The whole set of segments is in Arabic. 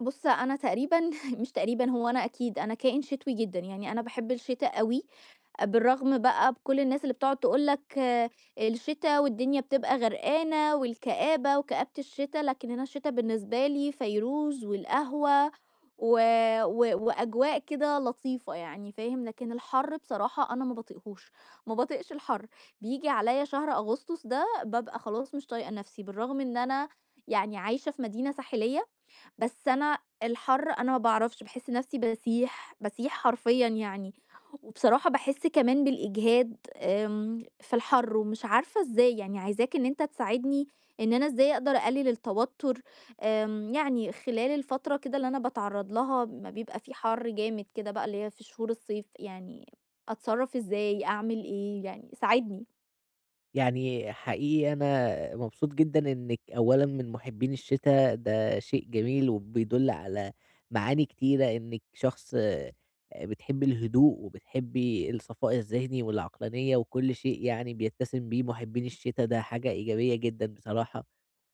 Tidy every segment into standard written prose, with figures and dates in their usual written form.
بُص، أنا تقريبًا مش تقريبًا، هو أنا أكيد، أنا كائن شتوي جدًا، يعني أنا باحب الشتا أوي، بالرغم بقى بكل الناس اللي بتقعد تقول لك الشتا والدنيا بتبقى غرقانة والكآبة وكآبة الشتا، لكن أنا الشتا بالنسبة لي فيروز والقهوة و و وأجواء كده لطيفة يعني فاهم، لكن الحر بصراحة أنا ما باطيقهوش، ما باطيقش الحر، بييجي عليّا شهر أغسطس ده بابقى خلاص مش طايقة نفسي، بالرغم إن أنا يعني عايشة في مدينة ساحلية، بس أنا الحَر أنا ما باعرفش، باحس نَفْسي باسيح، باسيح حرفيًا يعني، وبصراحة باحس كمان بالإجهاد في الحَر ومش عارفة إزاي، يعني عايزاك إن أنت تساعدني إن أنا إزاي أقدر أقلِّل التوتُّر. يعني خلال الفترة كده اللي أنا باتعرّض لها أمّا بيبقى في حَر جامد كده بقى اللي هي في شهور الصيف، يعني أتصرّف إزاي، أعمل إيه، يعني ساعدني؟ يعني حقيقي أنا مبسوط جدًا إنِّك أولًا من محبين الشتا، ده شيء جميل وبيدُل على معاني كتيرة، إنِّك شخص بتحبّي الهدوء وبتحبّي الصفاء الذهني والعقلانية وكل شيء يعني بيتسم بيه محبين الشتا، ده حاجة إيجابية جدًا بصراحة.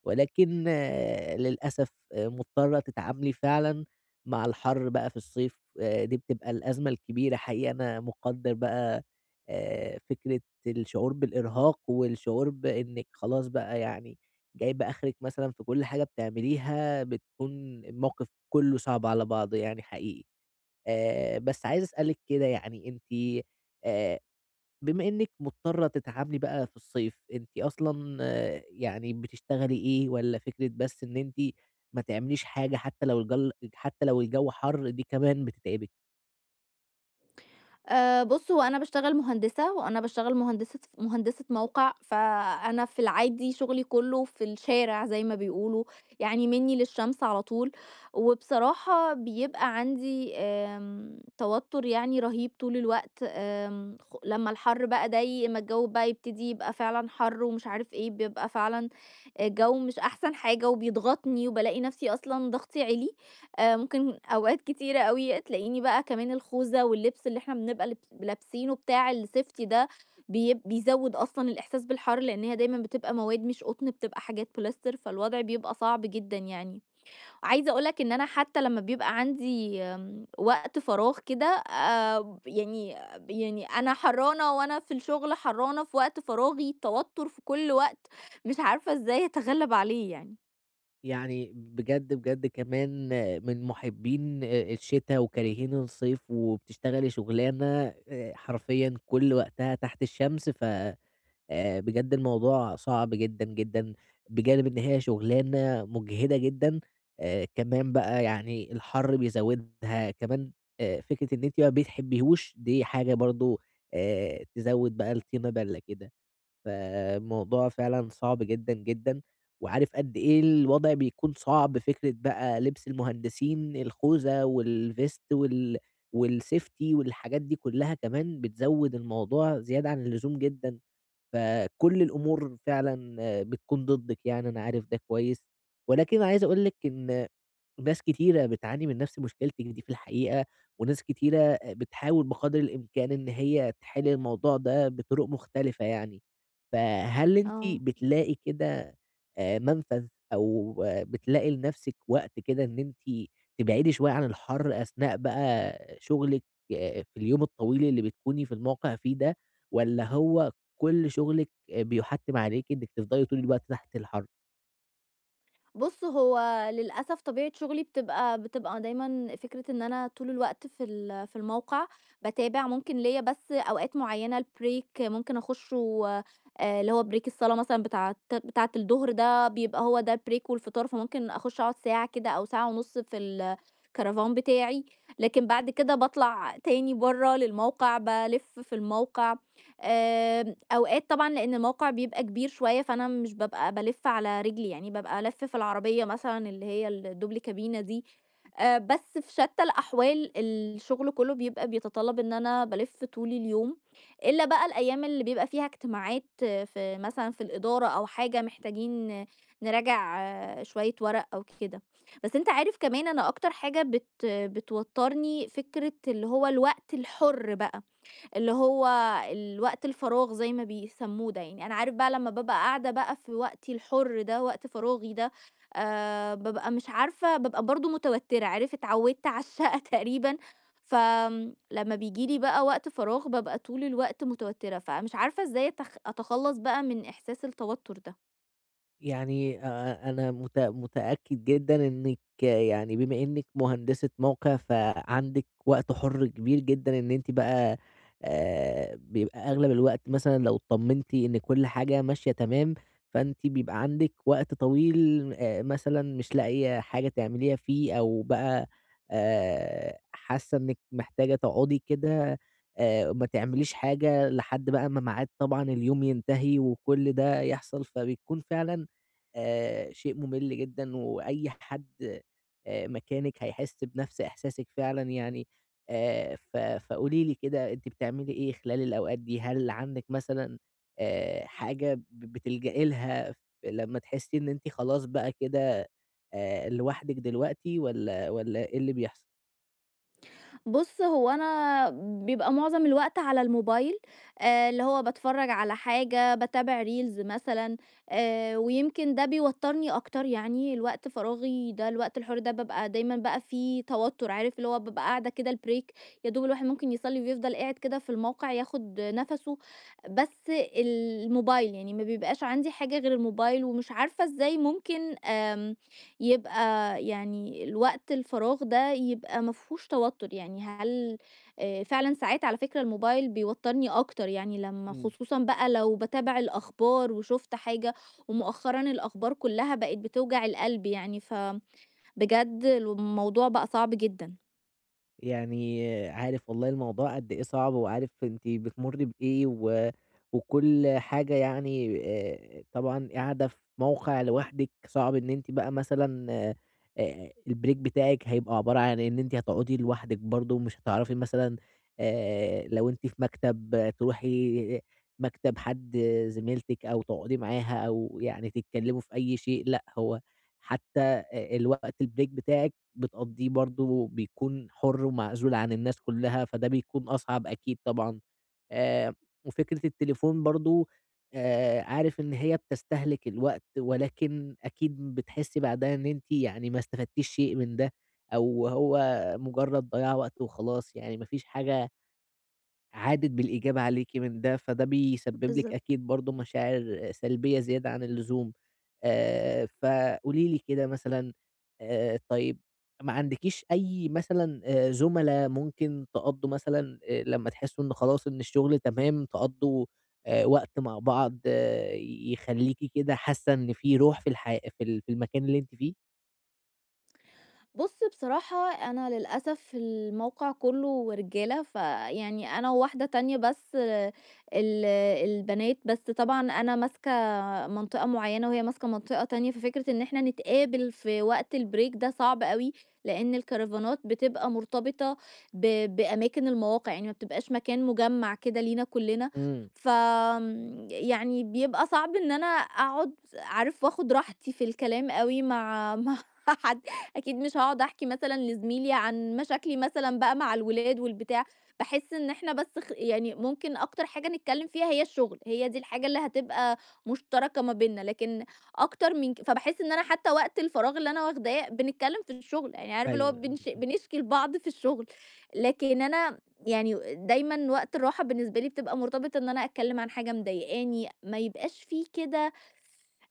ولكن للأسف مضطرة تتعاملي فعلًا مع الحَر بقى في الصيف. دي بتبقى الأزمة الكبيرة، حقيقي أنا مُقدّر بقى فكرة الشعور بالإرهاق والشعور بإنِّك خلاص بقى يعني جايبة آخرِك مثلًا في كل حاجة بتعمليها، بتكون الموقف كُلّه صعب على بعضه يعني حقيقي. بس عايز أسألِك كده، يعني أنتِ آآ بما إنِّك مضطرة تتعاملي بقى في الصيف، أنتِ أصلًا يعني بتشتغلي إيه، والّا فكرة بس إن أنتِ ما تعمليش حاجة حتى لو الجو حَر دي كمان بتتعبِك؟ بُص، هو أنا باشتغل مهندسة، وأنا باشتغل مهندسة موقع، فأنا في العادي شغلي كُلّه في الشارع زي ما بيقولوا، يعني مني للشمس على طول، وبصراحة بيبقى عندي توتُّر يعني رهيب طول الوقت. آمم خ لمّا الحَر بقى ضايق أمّا الجو بقى يبتدي يبقى فعلًا حَر ومش عارف إيه، بيبقى فعلًا الجو مش أحسن حاجة وبيضغطني وبالاقي نَفْسي أصلًا ضغطي عِلي. ممكن أوقات كتيرة أوي تلاقيني بقى كمان الخوذة واللبس اللي إحنا بنبقى لابسينه بتاع الsafety ده بيزوّد أصلًا الإحساس بالحر، لإن هي دايمًا بتبقى مواد مش قطن، بتبقى حاجات بوليستر، فالوضع بيبقى صعب جدًا يعني. عايزة أقول لك إن أنا حتى لمّا بيبقى عندي وقت فراغ كده ب يعني يعني أنا حرّانة وأنا في الشغل، حرّانة في وقت فراغي، توتر في كل وقت، مش عارفة إزاي أتغلّب عليه يعني. يعني بجد، بجد كمان من محبّين الشتا وكارهين الصيف، وبتشتغلي شُغلانة حرفيًا كل وقتها تحت الشمس، ف بجد الموضوع صعب جدًا، جدًا، بجانب إن هي شُغلانة مُجهدة جدًا. كمان بقى يعني الحَر بيزوّدها، كمان فكرة إن أنتِ ما بتحبيهوش دي حاجة برضه تزوّد بقى الطينة بَلّة كده. فالموضوع فعلًا صعب جدًا، جدًا، وعارف قد إيه الوضع بيكون صعب. فكرة بقى لبس المهندسين، الخوذة والvest وال والsafety والحاجات دي كلّها كمان بتزوّد الموضوع زيادة عن اللزوم جدًا، فكل الأمور فعلًا بتكون ضدِّك، يعني أنا عارف ده كويس. ولكن عايز أقول لِك إن ناس كتيرة بتعاني من نفس مشكلتِك دي في الحقيقة، وناس كتيرة بتحاول بقدر الإمكان إن هي تحل الموضوع ده بطرق مختلفة يعني. فهل أنتِ آه. بتلاقي كده منفذ، أو بتلاقي لنفسِك وقت كده إن أنتِ تبعدي شوية عن الحر أثناء بقى شغلِك في اليوم الطويل اللي بتكوني في الموقع فيه ده، والّا هو كل شغلِك بيُحتّم عليكِ إنِّك تفضلي طول الوقت تحت الحر؟ بُص، هو للأسف طبيعة شغلي بتبقى دايمًا فكرة إن أنا طول الوقت في الموقع، باتابع ممكن ليّا بس أوقات معيّنة الbreak ممكن أخشه، اللي هو break الصلاة مثلًا بتاعة الضهر ده بيبقى هو ده الbreak والفطار، فممكن أخش أقعد 1 ساعة كده أو 1 ساعة ونُص في الكرفان بتاعي، لكن بعد كده باطلع تاني برّه للموقع، بالِف في الموقع. أوقات طبعًا لإن الموقع بيبقى كبير شوية، فأنا مش بابقى بالِف على رجلي، يعني بابقى ألَف في العربية مثلًا اللي هي الدُبل كابينة دي. بس في شتى الأحوال الشغل كله بيبقى بيتطلب إن أنا بالِف طول اليوم، إلا بقى الأيام اللي بيبقى فيها اجتماعات آه، في مثلًا في الإدارة أو حاجة محتاجين آه، نراجع آه، شوية ورق أو كده. بس أنت عارف كمان أنا أكتر حاجة بتوترني فكرة اللي هو الوقت الحُر بقى. اللي هو الوقت الفراغ زي ما بيسموه ده، يعني أنا عارف بقى لمّا بابقى قاعدة بقى في وقتي الحُر ده، وقت فراغي ده، بابقى مش عارفة بابقى برضه متوتّرة، عارف اتعوّدت على الشقة تقريبًا، فآمم لمّا بييجي لي بقى وقت فراغ بابقى طول الوقت متوتّرة، فمش عارفة إزاي أتخلّص بقى من إحساس التوتّر ده. يعني أنا متأكد جدًا إنِّك يعني بما إنِّك مهندسة موقع، فعندِك وقت حُر كبير جدًا، إن أنتِ بقى بيبقى أغلب الوقت مثلًا لو اطمنتِ إن كل حاجة ماشية تمام، فأنتِ بيبقى عندِك وقت طويل مثلًا مش لاقية حاجة تعمليها فيه، أو بقى حاسة إنِّك محتاجة تقعدي كده ما تعمليش حاجة لحد بقى ما ميعاد طبعًا اليوم ينتهي وكل ده يحصل، فبيكون فعلًا شيء مُمِل جدًا، وأي حد مكانِك هيحس بنفس إحساسِك فعلًا يعني. ف فقولي لي كده، أنتِ بتعملي إيه خلال الأوقات دي؟ هل عندِك مثلًا حاجة بتلجئي لها لمّا تحسي إن أنتِ خلاص بقى كده لوحدِك دلوقتي، والّا إيه اللي بيحصل؟ بُص، هو أنا بيبقى معظم الوقت على الموبايل، اللي هو باتفرّج على حاجة، باتابع reels مثلًا، ويمكن ده بيوتّرني أكتر، يعني الوقت فراغي ده الوقت الحُر ده بابقى دايمًا بقى فيه توتُّر، عارف اللي هو بابقى قاعدة كده الbreak يا دوب الواحد ممكن يصلّي ويفضل قاعد كده في الموقع ياخُد نَفَسه، بس الموبايل، يعني ما بيبقاش عندي حاجة غير الموبايل ومش عارفة إزاي ممكن يبقى يعني الوقت الفراغ ده يبقى ما فيهوش توتر، يعني هل فعلًا ساعات على فكرة الموبايل بيوترني أكتر، يعني لمّا إمم. خصوصًا بقى لو باتابع الأخبار وشُفت حاجة ومؤخرًا الأخبار كلّها بقت بتوجع القلب يعني، فبجد الموضوع بقى صعب جدًا. يعني عارف والله الموضوع قد إيه صعب، وعارف أنتِ بتمُرّي بإيه و وكل حاجة، يعني طبعًا قاعدة في موقع لوحدِك، صعب إن أنتِ بقى مثلًا الbreak بتاعِك هيبقى عبارة عن إن أنتِ هتقعدي لوحدِك برضه، مش هتعرفي مثلًا لو أنتِ في مكتب تروحي مكتب حد، زميلتِك أو تقعدي معاها أو يعني تتكلّموا في أي شيء. لأ، هو حتى الوقت الbreak بتاعِك بتقضّيه برضه بيكون حُر ومعزول عن الناس كلّها، فده بيكون أصعب أكيد طبعًا. آآ وفكرة التليفون برضه، عارف إن هي بتستهلك الوقت، ولكن أكيد بتحسّي بعدها إن أنتِ يعني ما استفدتيش شيء من ده، أو هو مجرّد ضياع وقت وخلاص، يعني ما فيش حاجة عادت بالإيجاب عليكِ من ده، فده بيسبب لِك بالضبط. أكيد برضه مشاعر سلبية زيادة عن اللزوم. فقولي لي كده مثلًا، طيب، ما عندكيش أي مثلًا زملا ممكن تقضّوا مثلًا، لمّا تحسّوا إن خلاص إن الشغل تمام، تقضّوا وقت مع بعض يخلّيكِ كده حاسة إن في روح في الح في ال في المكان اللي أنتِ فيه؟ بُص بصراحة أنا للأسف الموقع كلّه رجالة، فيعني أنا وواحدة تانية بس ال البنات، بس طبعًا أنا ماسكة منطقة معيّنة وهي ماسكة منطقة تانية، ففكرة إن إحنا نتقابل في وقت الbreak ده صعب أوي، لإن الكرفانات بتبقى مرتبطة بأماكن المواقع، يعني ما بتبقاش مكان مجمّع كده لينا كلّنا. إمم، ف آمم، يعني بيبقى صعب إن أنا أقعد عارف، وآخد راحتي في الكلام أوي مع حد، أكيد مش هاقعد أحكي مثلًا لزميلي عن مشاكلي مثلًا بقى مع الولاد والبتاع، باحس إن إحنا بس يعني ممكن أكتر حاجة نتكلم فيها هي الشغل، هي دي الحاجة اللي هتبقى مشتركة ما بيننا، لكن أكتر من ك فباحس إن أنا حتى وقت الفراغ اللي أنا واخداه بنتكلم في الشغل، يعني عارف اللي هو أيوه، إمم، إمم، بنشكي لبعض في الشغل، لكن أنا يعني دايمًا وقت الراحة بالنسبة لي بتبقى مرتبطة إن أنا أتكلم عن حاجة مضايقاني، ما يبقاش في كده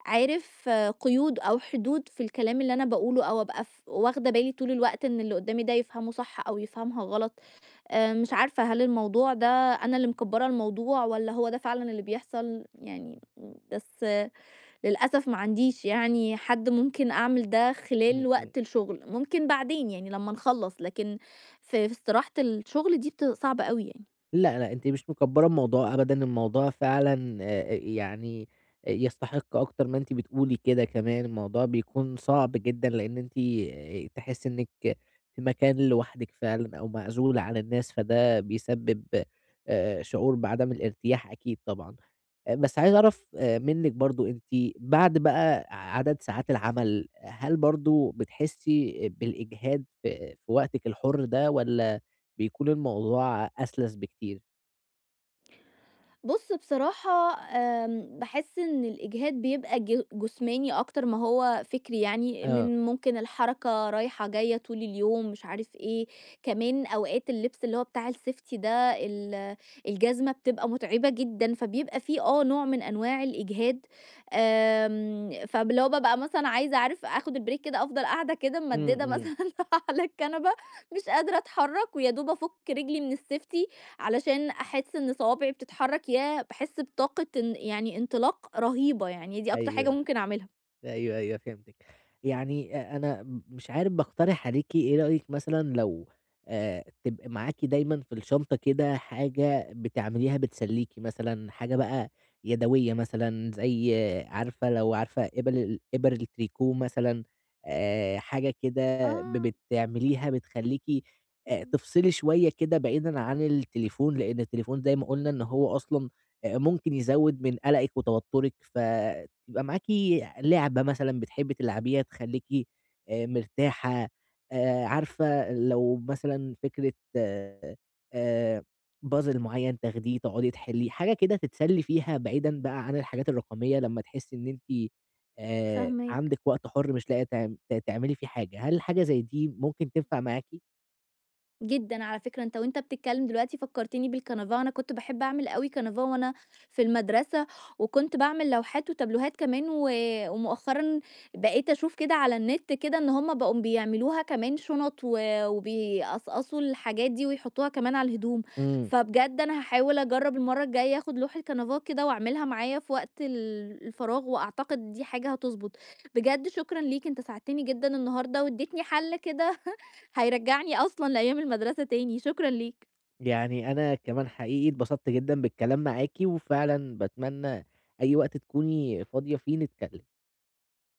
عارف آه، قيود أو حدود في الكلام اللي أنا باقوله أو أبقى واخدة بالي طول الوقت إن اللي قدّامي ده يفهمه صح أو يفهمها غلط. مش عارفة هل الموضوع ده أنا اللي مكبّرة الموضوع والّا هو ده فعلًا اللي بيحصل؟ يعني بس آه، للأسف ما عنديش يعني حد ممكن أعمل ده خلال إمم، إمم. وقت الشغل، ممكن بعدين يعني لمّا نخلّص، لكن في استراحة الشغل دي صعبة أوي يعني. لأ، لأ، أنتِ مش مكبّرة الموضوع أبدًا، الموضوع فعلًا يعني يستحق أكتر ما أنتِ بتقولي كده كمان، الموضوع بيكون صعب جدًا، لإن أنتِ تحسّي إنِّك في مكان لوحدِك فعلًا أو معزولة عن الناس، فده بيسبب شعور بعدم الارتياح أكيد طبعًا. بس عايز أعرف منِّك برضه أنتِ بعد بقى عدد ساعات العمل، هل برضه بتحسّي بالإجهاد في وقتِك الحُر ده، والّا بيكون الموضوع أسلس بكتير؟ بُص بصراحة باحس إن الإجهاد بيبقى جسماني أكتر ما هو فكري يعني، آه. من ممكن الحركة رايحة جاية طول اليوم مش عارف إيه، كمان أوقات اللبس اللي هو بتاع الsafety ده الجزمة بتبقى متعبة جدًا، فبيبقى في آه نوع من أنواع الإجهاد. آمم، فب اللي هو بابقى مثلًا عايزة عارف آخد الbreak كده أفضل قاعدة كده إمم، ممددة إمم. مثلًا على الكنبة، مش قادرة أتحرك ويا دوب أفُك رجلي من الsafety علشان أحس إن صوابعي بتتحرك، يا باحس بطاقة إن يعني انطلاق رهيبة، يعني دي أكتر حاجة أيوه. ممكن أعملها. أيوه، أيوه فهمتِك. يعني أنا مش عارف باقترح عليكِ إيه. رأيِك مثلًا لو تبقى معاكِ دايمًا في الشنطة كده حاجة بتعمليها بتسليكِ مثلًا، حاجة بقى يدوية مثلًا زي عارفة لو عارفة إبل ال إبر التريكو مثلًا، حاجة كده آه، بتعمليها بتخلّيكِ إمم، تفصلي شوية كده بعيدًا عن التليفون، لإن التليفون زي ما قُلنا إن هو أصلًا ممكن يزوّد من قلقِك وتوتُّرِك، ف يبقى معاكِ لعبة مثلًا بتحبّي تلعبيها تخلّيكِ مرتاحة. عارفة لو مثلًا فكرة puzzle معيّن تاخديه تقعدي تحلّيه، حاجة كده تتسلّي فيها بعيدًا بقى عن الحاجات الرقمية لمّا تحسّي إن أنتِ فاهماك. عندِك وقت حُر مش لاقية تعملي فيه حاجة، هل حاجة زي دي ممكن تنفع معاكِ؟ جدًا على فكرة، أنت وأنت بتتكلم دلوقتي فكّرتني بالكنفة، أنا كنت باحب أعمل أوي كنفة وأنا في المدرسة، وكنت باعمل لوحات وتابلوهات كمان و ومؤخرًا بقيت أشوف كده على النت كده إن هم بقوا بيعملوها كمان شُنَط و وبيقصقصوا الحاجات دي ويحطوها كمان على الهدوم، إمم. فبجد أنا هاحاول أجرّب المرّة الجاية آخُد لوحة كنفة كده وأعملها معايا في وقت الفراغ وأعتقد دي حاجة هتضبط. بجد شكرًا ليك، أنت ساعدتني جدًا النهارده وادّيتني حَل كده هيرجّعني أصلًا لأيام المدرسة تاني، شكرًا ليك. يعني أنا كمان حقيقي اتبسطت جدًا بالكلام معاكِ، وفعلًا باتمنى أي وقت تكوني فاضية فيه نتكلم.